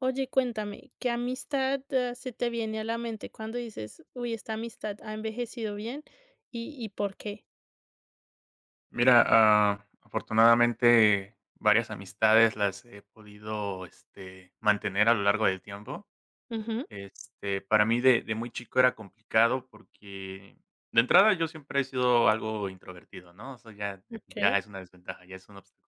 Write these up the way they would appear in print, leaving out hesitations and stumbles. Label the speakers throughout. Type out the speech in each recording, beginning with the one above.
Speaker 1: Oye, cuéntame, ¿qué amistad, se te viene a la mente cuando dices: "Uy, esta amistad ha envejecido bien", y por qué?
Speaker 2: Mira, afortunadamente varias amistades las he podido, mantener a lo largo del tiempo.
Speaker 1: Ujú,
Speaker 2: Para mí de muy chico era complicado porque, de entrada, yo siempre he sido algo introvertido, ¿no? Eso ya
Speaker 1: okey.
Speaker 2: es una desventaja, ya es un obstáculo.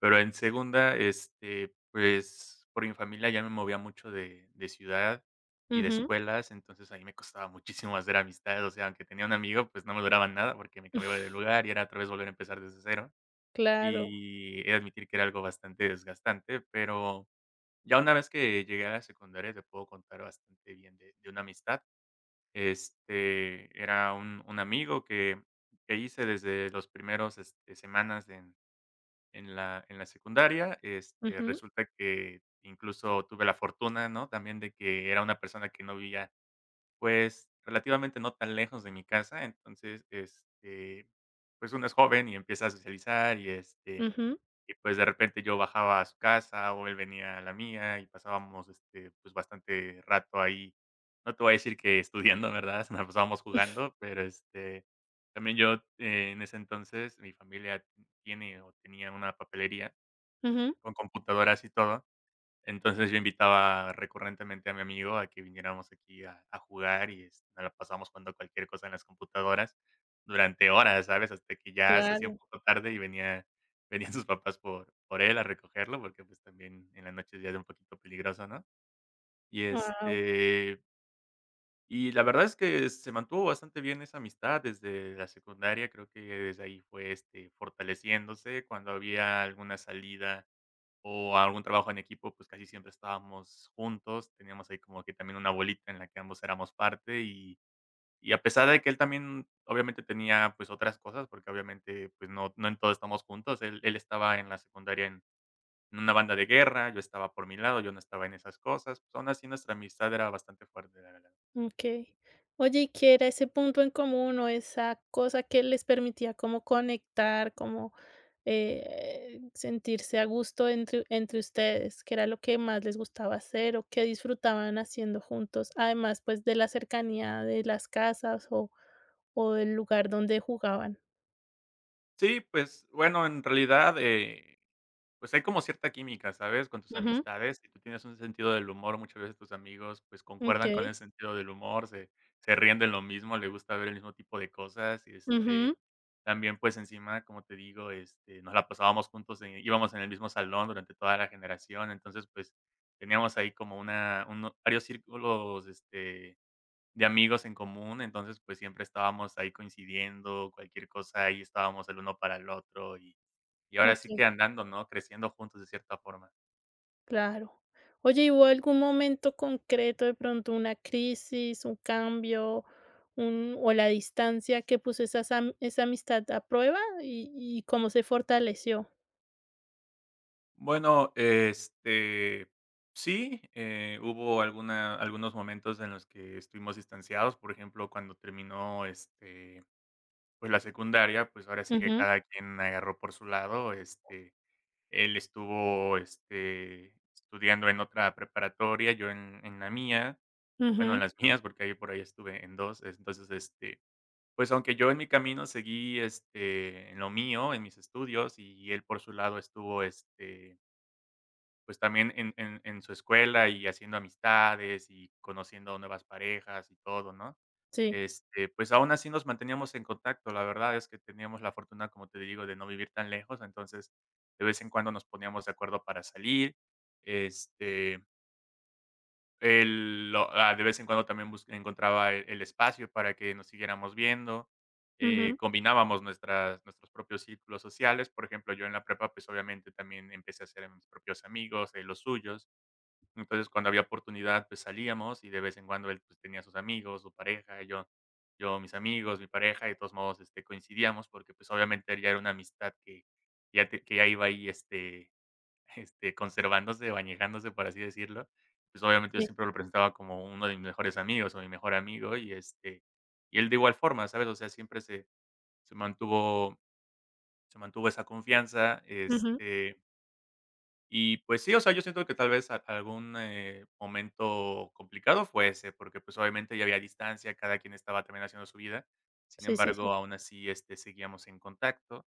Speaker 2: Pero en segunda, pues, por mi familia ya me movía mucho de ciudad y de
Speaker 1: Ujú.
Speaker 2: escuelas, entonces ahí me costaba muchísimo hacer amistades, o sea, aunque tenía un amigo, pues, no me duraban nada porque me cambiaba de lugar y era otra vez volver a empezar desde cero.
Speaker 1: Claro.
Speaker 2: Y he de admitir que era algo bastante desgastante, pero ya una vez que llegué a la secundaria te puedo contar bastante bien de una amistad. Era un amigo que hice desde los primeros, semanas en la secundaria.
Speaker 1: Ujú,
Speaker 2: Resulta que incluso tuve la fortuna, ¿no?, también de que era una persona que no vivía, pues, relativamente no tan lejos de mi casa. Entonces, pues, uno es joven y empieza a socializar y, este,
Speaker 1: ujú,
Speaker 2: y, pues, de repente yo bajaba a su casa, o él venía a la mía, y pasábamos, pues, bastante rato ahí. No te voy a decir que estudiando, ¿verdad? Nos pasábamos jugando, pero, también yo, en ese entonces, mi familia tiene o tenía una papelería
Speaker 1: ujú.
Speaker 2: con computadoras y todo. Entonces, yo invitaba recurrentemente a mi amigo a que viniéramos aquí a jugar y, nos la pasamos jugando cualquier cosa en las computadoras durante horas, ¿sabes? Hasta que ya se hacía un
Speaker 1: Claro.
Speaker 2: poco tarde y venía venían sus papás por él a recogerlo, porque, pues, también en la noche ya es un poquito peligroso, ¿no? Y,
Speaker 1: Wow.
Speaker 2: este, y la verdad es que se mantuvo bastante bien esa amistad desde la secundaria, creo que desde ahí fue, fortaleciéndose. Cuando había alguna salida o algún trabajo en equipo, pues casi siempre estábamos juntos, teníamos ahí como que también una bolita en la que ambos éramos parte, y a pesar de que él también obviamente tenía, pues, otras cosas, porque obviamente, pues, no en todo estamos juntos, él estaba en la secundaria en una banda de guerra, yo estaba por mi lado, yo no estaba en esas cosas, pues, aún así nuestra amistad era bastante fuerte, la verdad.
Speaker 1: Okey. Oye, ¿y qué era ese punto en común o esa cosa que les permitía como conectar, como, sentirse a gusto entre ustedes? ¿Qué era lo que más les gustaba hacer o qué disfrutaban haciendo juntos? Además, pues, de la cercanía de las casas o del lugar donde jugaban.
Speaker 2: Sí, pues, bueno, en realidad, pues hay como cierta química, ¿sabes? Con tus
Speaker 1: Ujú,
Speaker 2: amistades, si tú tienes un sentido del humor, muchas veces tus amigos, pues, concuerdan con
Speaker 1: okey.
Speaker 2: ese sentido del humor, se ríen de lo mismo, le gusta ver el mismo tipo de cosas, y
Speaker 1: Ujú,
Speaker 2: también, pues, encima, como te digo, nos la pasábamos juntos, íbamos en el mismo salón durante toda la generación, entonces, pues, teníamos ahí como una uno varios círculos, de amigos en común, entonces, pues, siempre estábamos ahí coincidiendo, cualquier cosa, ahí estábamos el uno para el otro y ahora sí que
Speaker 1: okey.
Speaker 2: andando, ¿no? Creciendo juntos de cierta forma.
Speaker 1: Claro. Oye, ¿y hubo algún momento concreto, de pronto una crisis, un cambio, o la distancia que puso esa amistad a prueba, y cómo se fortaleció?
Speaker 2: Bueno, sí, hubo alguna algunos momentos en los que estuvimos distanciados, por ejemplo, cuando terminó, pues, la secundaria, pues, ahora sí que
Speaker 1: Ujú,
Speaker 2: cada quien agarró por su lado, él estuvo, estudiando en otra preparatoria, yo en la mía, bueno, en
Speaker 1: ujú,
Speaker 2: las mías, porque ahí por ahí estuve en 2 entonces. Pues, aunque yo en mi camino seguí, en lo mío, en mis estudios, y él por su lado estuvo, pues, también en su escuela y haciendo amistades y conociendo nuevas parejas y todo, ¿no?
Speaker 1: sí,
Speaker 2: Pues, aún así nos manteníamos en contacto. La verdad es que teníamos la fortuna, como te digo, de no vivir tan lejos, entonces, de vez en cuando nos poníamos de acuerdo para salir, este de vez en cuando también bus encontraba el espacio para que nos siguiéramos viendo,
Speaker 1: ujú,
Speaker 2: combinábamos nuestras nuestros propios círculos sociales, por ejemplo, yo en la prepa, pues, obviamente también empecé a hacer mis propios amigos, él los suyos, entonces, cuando había oportunidad, pues, salíamos y de vez en cuando él, pues, tenía sus amigos, su pareja, yo mis amigos, mi pareja, y de todos modos, coincidíamos porque, pues, obviamente, ya era una amistad que ya te que ya iba ahí, conservándose, bañejándose, por así decirlo. Pues, obviamente, yo
Speaker 1: sí,
Speaker 2: siempre lo presentaba como uno de mis mejores amigos o mi mejor amigo, y él de igual forma, ¿sabes? O sea, siempre se mantuvo se mantuvo esa confianza,
Speaker 1: ujú,
Speaker 2: y, pues sí, o sea, yo siento que tal vez a algún, momento complicado fue ese, porque, pues, obviamente, ya había distancia, cada quien estaba también haciendo su vida. Sin
Speaker 1: sí, sí,
Speaker 2: embargo,
Speaker 1: sí,
Speaker 2: aún así, seguíamos en contacto.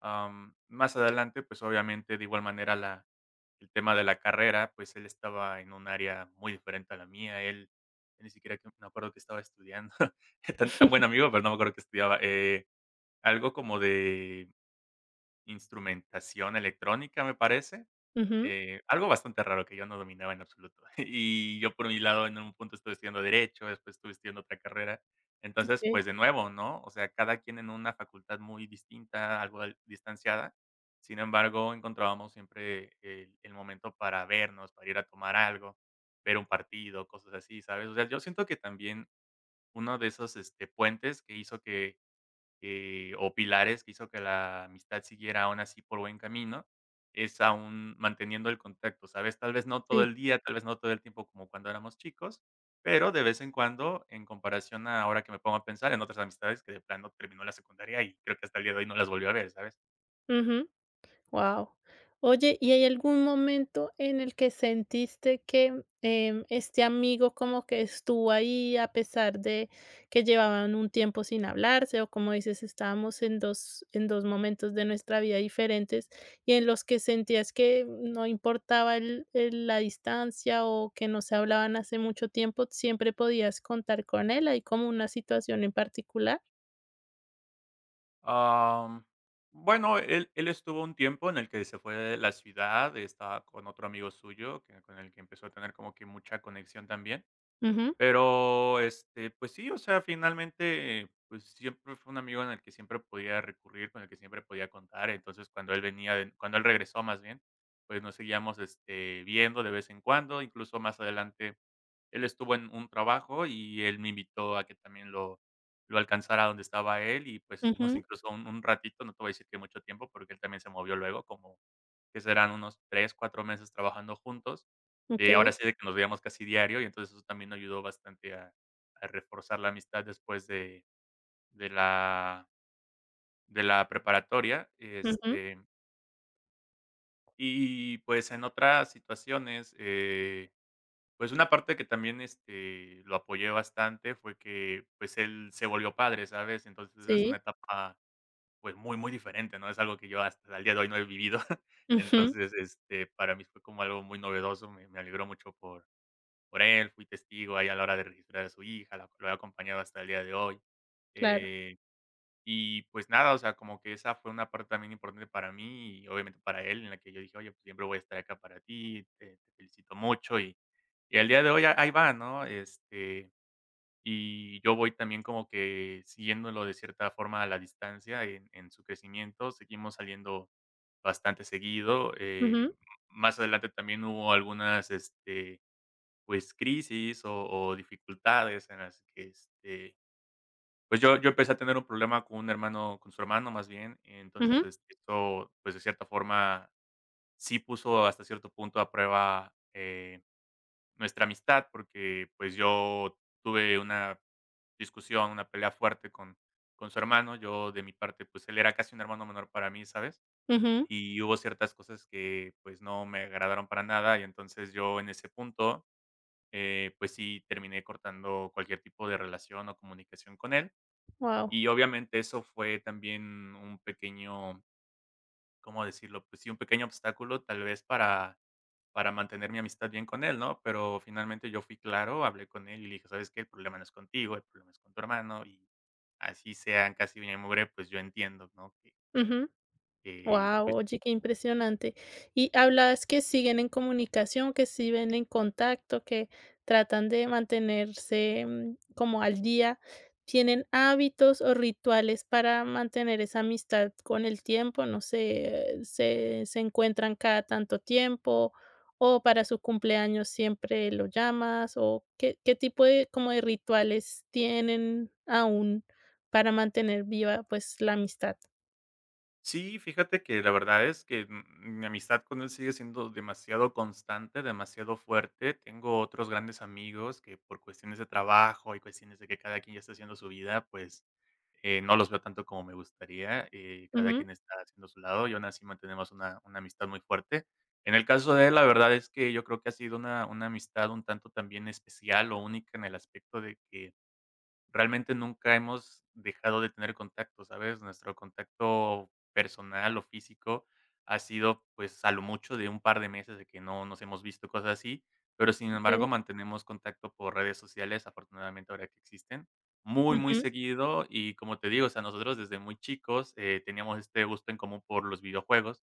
Speaker 2: Más adelante, pues, obviamente, de igual manera, la el tema de la carrera, pues, él estaba en un área muy diferente a la mía. Él ni siquiera que me acuerdo que estaba estudiando. Tan tan buen amigo, pero no me acuerdo que estudiaba. Algo como de instrumentación electrónica, me parece,
Speaker 1: ujú,
Speaker 2: algo bastante raro que yo no dominaba en absoluto. Y yo, por mi lado, en un punto estuve estudiando derecho, después estuve estudiando otra carrera. Entonces,
Speaker 1: ok,
Speaker 2: pues, de nuevo, ¿no? O sea, cada quien en una facultad muy distinta, algo al distanciada. Sin embargo, encontrábamos siempre el momento para vernos, para ir a tomar algo, ver un partido, cosas así, ¿sabes? O sea, yo siento que también uno de esos, puentes que hizo que o pilares que hizo que la amistad siguiera aún así por buen camino, es aún manteniendo el contacto, ¿sabes? Tal vez no todo el
Speaker 1: sí,
Speaker 2: día, tal vez no todo el tiempo como cuando éramos chicos, pero de vez en cuando, en comparación a ahora que me pongo a pensar en otras amistades que de plano terminó la secundaria y creo que hasta el día de hoy no las volvió a ver, ¿sabes?
Speaker 1: ujú. Wow. Oye, ¿y hay algún momento en el que sentiste que, este amigo como que estuvo ahí a pesar de que llevaban un tiempo sin hablarse? O como dices, estábamos en dos momentos de nuestra vida diferentes, y en los que sentías que no importaba el la distancia, o que no se hablaban hace mucho tiempo, siempre podías contar con él. ¿Hay como una situación en particular?
Speaker 2: Am, bueno, él estuvo un tiempo en el que se fue de la ciudad, estaba con otro amigo suyo, que, con el que empezó a tener como que mucha conexión también.
Speaker 1: Ujú,
Speaker 2: Pero, pues sí, o sea, finalmente, pues, siempre fue un amigo en el que siempre podía recurrir, con el que siempre podía contar. Entonces, cuando él regresó, más bien, pues, nos seguíamos, viendo de vez en cuando. Incluso, más adelante, él estuvo en un trabajo y él me invitó a que también lo alcanzara donde estaba él y, pues, estuvimos
Speaker 1: ujú,
Speaker 2: incluso un ratito, no te voy a decir que mucho tiempo, porque él también se movió luego como que serán unos 3 4 meses trabajando juntos,
Speaker 1: okey,
Speaker 2: ahora sí de que nos veíamos casi diario y entonces eso también ayudó bastante a reforzar la amistad después de la de la preparatoria,
Speaker 1: ujú,
Speaker 2: y, pues, en otras situaciones, pues, una parte que también, lo apoyé bastante fue que, pues, él se volvió padre, ¿sabes? Entonces, es una
Speaker 1: sí,
Speaker 2: etapa. Pues, muy, muy diferente, ¿no? Es algo que yo hasta el día de hoy no he vivido.
Speaker 1: ujú,
Speaker 2: Entonces, para mí fue como algo muy novedoso, me alegró mucho por él, fui testigo ahí a la hora de registrar a su hija, la lo he acompañado hasta el día de hoy.
Speaker 1: claro.
Speaker 2: Eh, y pues nada, o sea, como que esa fue una parte también importante para mí y obviamente para él, en la que yo dije: "Oye, pues siempre voy a estar acá para ti, te felicito mucho", y al día de hoy a ahí va, ¿no? Y yo voy también como que siguiéndolo de cierta forma a la distancia en su crecimiento. Seguimos saliendo bastante seguido.
Speaker 1: Ujú,
Speaker 2: Más adelante también hubo algunas, pues, crisis o dificultades en las que, pues, yo empecé a tener un problema con un hermano con su hermano, más bien. Entonces,
Speaker 1: ujú,
Speaker 2: esto, pues, de cierta forma, sí puso hasta cierto punto a prueba, nuestra amistad, porque, pues, yo tuve una discusión, una pelea fuerte con su hermano. Yo, de mi parte, pues, él era casi un hermano menor para mí, ¿sabes?
Speaker 1: ujú.
Speaker 2: Y hubo ciertas cosas que, pues, no me agradaron para nada, y entonces yo en ese punto, pues sí, terminé cortando cualquier tipo de relación o comunicación con él.
Speaker 1: Wow.
Speaker 2: Y obviamente eso fue también un pequeño. ¿Cómo decirlo? Pues sí, un pequeño obstáculo tal vez para mantener mi amistad bien con él, ¿no? Pero finalmente yo fui claro, hablé con él y le dije: "¿Sabes qué? El problema no es contigo, el problema es con tu hermano", y así sean casi bien y mugre, pues yo entiendo, ¿no? Que
Speaker 1: Ujú.
Speaker 2: que,
Speaker 1: Wow,
Speaker 2: pues
Speaker 1: oye, qué impresionante. Y hablabas que siguen en comunicación, que siguen en contacto, que tratan de mantenerse, como al día. ¿Tienen hábitos o rituales para mantener esa amistad con el tiempo? No sé, ¿se encuentran cada tanto tiempo, o para su cumpleaños siempre lo llamas? ¿O qué tipo de como de rituales tienen aún para mantener viva, pues, la amistad?
Speaker 2: sí, fíjate que la verdad es que, mi amistad con él sigue siendo demasiado constante, demasiado fuerte. Tengo otros grandes amigos que por cuestiones de trabajo y cuestiones de que cada quien ya está haciendo su vida, pues, no los veo tanto como me gustaría. Cada
Speaker 1: Ujú,
Speaker 2: quien está haciendo su lado y aún así mantenemos una amistad muy fuerte. En el caso de él, la verdad es que yo creo que ha sido una amistad un tanto también especial o única, en el aspecto de que realmente nunca hemos dejado de tener contacto, ¿sabes? Nuestro contacto personal o físico ha sido, pues, a lo mucho de un par de meses de que no nos hemos visto, cosas así, pero sin embargo
Speaker 1: okey.
Speaker 2: mantenemos contacto por redes sociales, afortunadamente ahora que existen, muy, muy
Speaker 1: Ujú.
Speaker 2: seguido. Y como te digo, o sea, nosotros desde muy chicos teníamos este gusto en común por los videojuegos.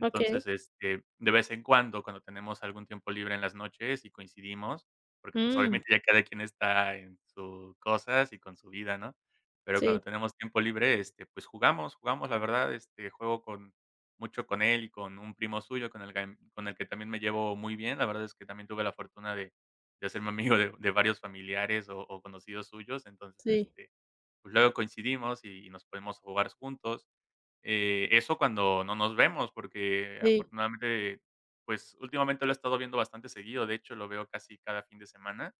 Speaker 1: Okay.
Speaker 2: este, De vez en cuando, cuando tenemos algún tiempo libre en las noches y coincidimos, porque, pues,
Speaker 1: Mm,
Speaker 2: obviamente ya cada quien está en sus cosas y con su vida, ¿no? Pero cuando
Speaker 1: sí,
Speaker 2: tenemos tiempo libre, pues jugamos, jugamos, la verdad, juego con mucho con él y con un primo suyo, con el que también me llevo muy bien. La verdad es que también tuve la fortuna de hacerme amigo de varios familiares o conocidos suyos.
Speaker 1: sí,
Speaker 2: Pues luego coincidimos y nos podemos jugar juntos. Eso cuando no nos vemos, porque
Speaker 1: sí.
Speaker 2: afortunadamente, pues, últimamente lo he estado viendo bastante seguido. De hecho, lo veo casi cada fin de semana.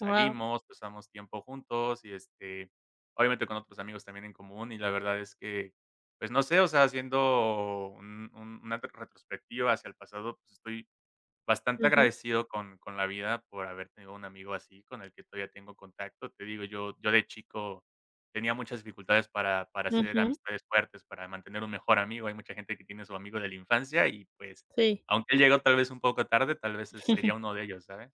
Speaker 1: Wow.
Speaker 2: pasamos tiempo juntos y, obviamente con otros amigos también en común, y la verdad es que, pues, no sé, o sea, haciendo un una retrospectiva hacia el pasado, pues, estoy bastante
Speaker 1: Ujú,
Speaker 2: agradecido con la vida por haber tenido un amigo así, con el que todavía tengo contacto. Te digo, yo de chico tenía muchas dificultades para hacer
Speaker 1: ujú,
Speaker 2: amistades fuertes, para mantener un mejor amigo. Hay mucha gente que tiene su amigo de la infancia y, pues,
Speaker 1: sí.
Speaker 2: aunque él llegó tal vez un poco tarde, tal vez ese sería uno de ellos, ¿sabes?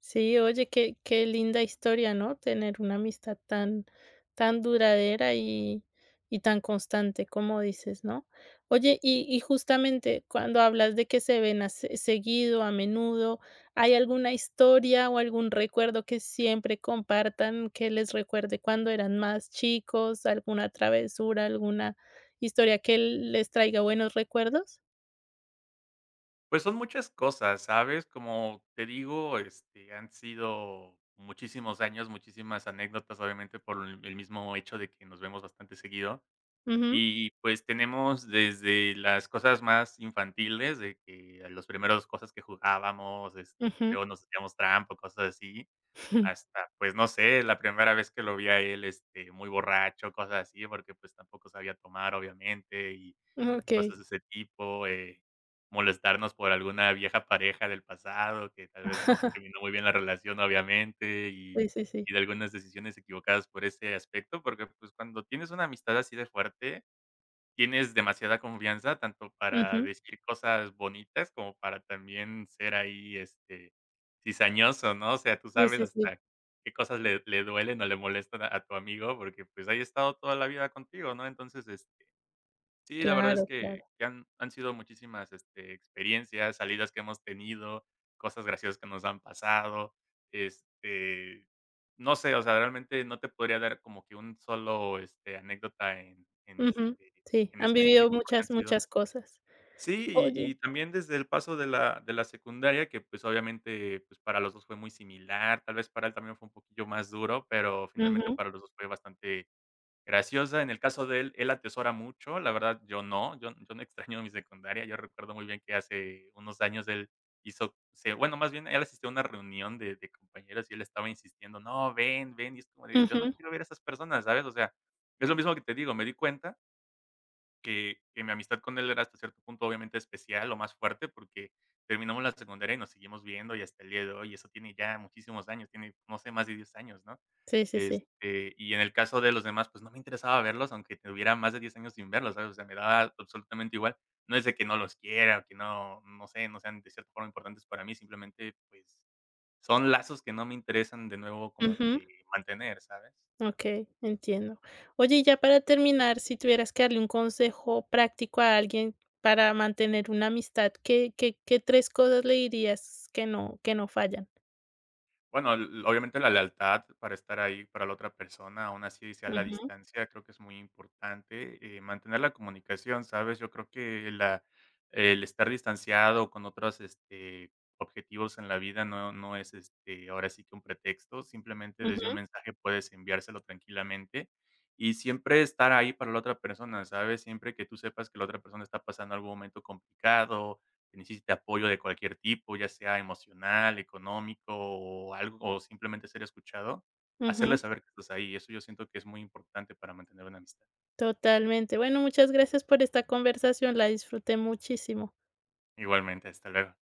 Speaker 1: Sí, oye, qué linda historia, ¿no? Tener una amistad tan, tan duradera y tan constante, como dices, ¿no? Oye, y justamente cuando hablas de que se ven seguido, a menudo, ¿hay alguna historia o algún recuerdo que siempre compartan que les recuerde cuando eran más chicos, alguna travesura, alguna historia que les traiga buenos recuerdos?
Speaker 2: Pues son muchas cosas, ¿sabes? Como te digo, han sido muchísimos años, muchísimas anécdotas, obviamente, por el mismo hecho de que nos vemos bastante seguido.
Speaker 1: Ujú,
Speaker 2: Y, pues, tenemos desde las cosas más infantiles, de que a los primeros cosas que jugábamos,
Speaker 1: ujú.
Speaker 2: luego nos hacíamos trampa, cosas así, hasta, pues, no sé, la primera vez que lo vi a él, muy borracho, cosas así, porque, pues, tampoco sabía tomar, obviamente, y
Speaker 1: Ok.
Speaker 2: cosas de ese tipo. Molestarnos por alguna vieja pareja del pasado, que tal vez no terminó muy bien la relación, obviamente,
Speaker 1: Sí, sí, sí.
Speaker 2: y de algunas decisiones equivocadas por ese aspecto, porque, pues, cuando tienes una amistad así de fuerte, tienes demasiada confianza, tanto para decir cosas bonitas como para también ser ahí, cizañoso, ¿no? O sea, tú
Speaker 1: Sí,
Speaker 2: sabes
Speaker 1: sí, sí,
Speaker 2: hasta qué cosas le duelen o le molestan a tu amigo, porque, pues, ahí ha estado toda la vida contigo, ¿no? Sí, la verdad es
Speaker 1: claro,
Speaker 2: que
Speaker 1: claro.
Speaker 2: han sido muchísimas, experiencias, salidas que hemos tenido, cosas graciosas que nos han pasado, este no sé, o sea, realmente no te podría dar como que un solo, anécdota
Speaker 1: Ujú, sí,
Speaker 2: en
Speaker 1: han vivido
Speaker 2: específico, porque han
Speaker 1: muchas,
Speaker 2: sido.
Speaker 1: muchas cosas.
Speaker 2: Sí,
Speaker 1: Oye.
Speaker 2: y también desde el paso de la secundaria, que, pues, obviamente, pues, para los 2 fue muy similar, tal vez para él también fue un poquillo más duro, pero finalmente
Speaker 1: Ujú,
Speaker 2: para los 2 fue bastante graciosa. En el caso de él, él atesora mucho, la verdad yo no, yo no extraño mi secundaria. Yo recuerdo muy bien que hace unos años él hizo se bueno, más bien él asistió a una reunión de compañeros y él estaba insistiendo: "No, ven, ven", y es como de: "Yo no
Speaker 1: ujú,
Speaker 2: quiero ver a esas personas", ¿sabes? O sea, es lo mismo que te digo, me di cuenta que mi amistad con él era hasta cierto punto, obviamente, especial o más fuerte, porque terminamos la secundaria y nos seguimos viendo, y hasta el día de hoy, y eso tiene ya muchísimos años, tiene, no sé, más de 10 años, ¿no?
Speaker 1: sí, sí, sí.
Speaker 2: Y en el caso de los demás, pues, no me interesaba verlos, aunque tuviera más de 10 años sin verlos, ¿sabes? O sea, me daba absolutamente igual. No es de que no los quiera o que no, no sé, no sean de cierta forma importantes para mí, simplemente, pues, son lazos que no me interesan de nuevo como
Speaker 1: Ujú,
Speaker 2: que mantener, ¿sabes?
Speaker 1: okey, entiendo. Oye, y ya para terminar, si tuvieras que darle un consejo práctico a alguien para mantener una amistad, ¿qué qué 3 cosas le dirías que no fallan?
Speaker 2: Bueno, l obviamente la lealtad para estar ahí para la otra persona, aún así sea la
Speaker 1: Ujú,
Speaker 2: distancia, creo que es muy importante. Mantener la comunicación, ¿sabes? Yo creo que la el estar distanciado con otros, objetivos en la vida no es, ahora sí que un pretexto, simplemente desde un
Speaker 1: ujú,
Speaker 2: mensaje puedes enviárselo tranquilamente y siempre estar ahí para la otra persona, ¿sabes? Siempre que tú sepas que la otra persona está pasando algún momento complicado, que necesite apoyo de cualquier tipo, ya sea emocional, económico o algo, o simplemente ser escuchado, hacerle
Speaker 1: ujú,
Speaker 2: saber que estás ahí. Eso yo siento que es muy importante para mantener una amistad.
Speaker 1: totalmente. Bueno, muchas gracias por esta conversación, la disfruté muchísimo.
Speaker 2: Igualmente, hasta luego.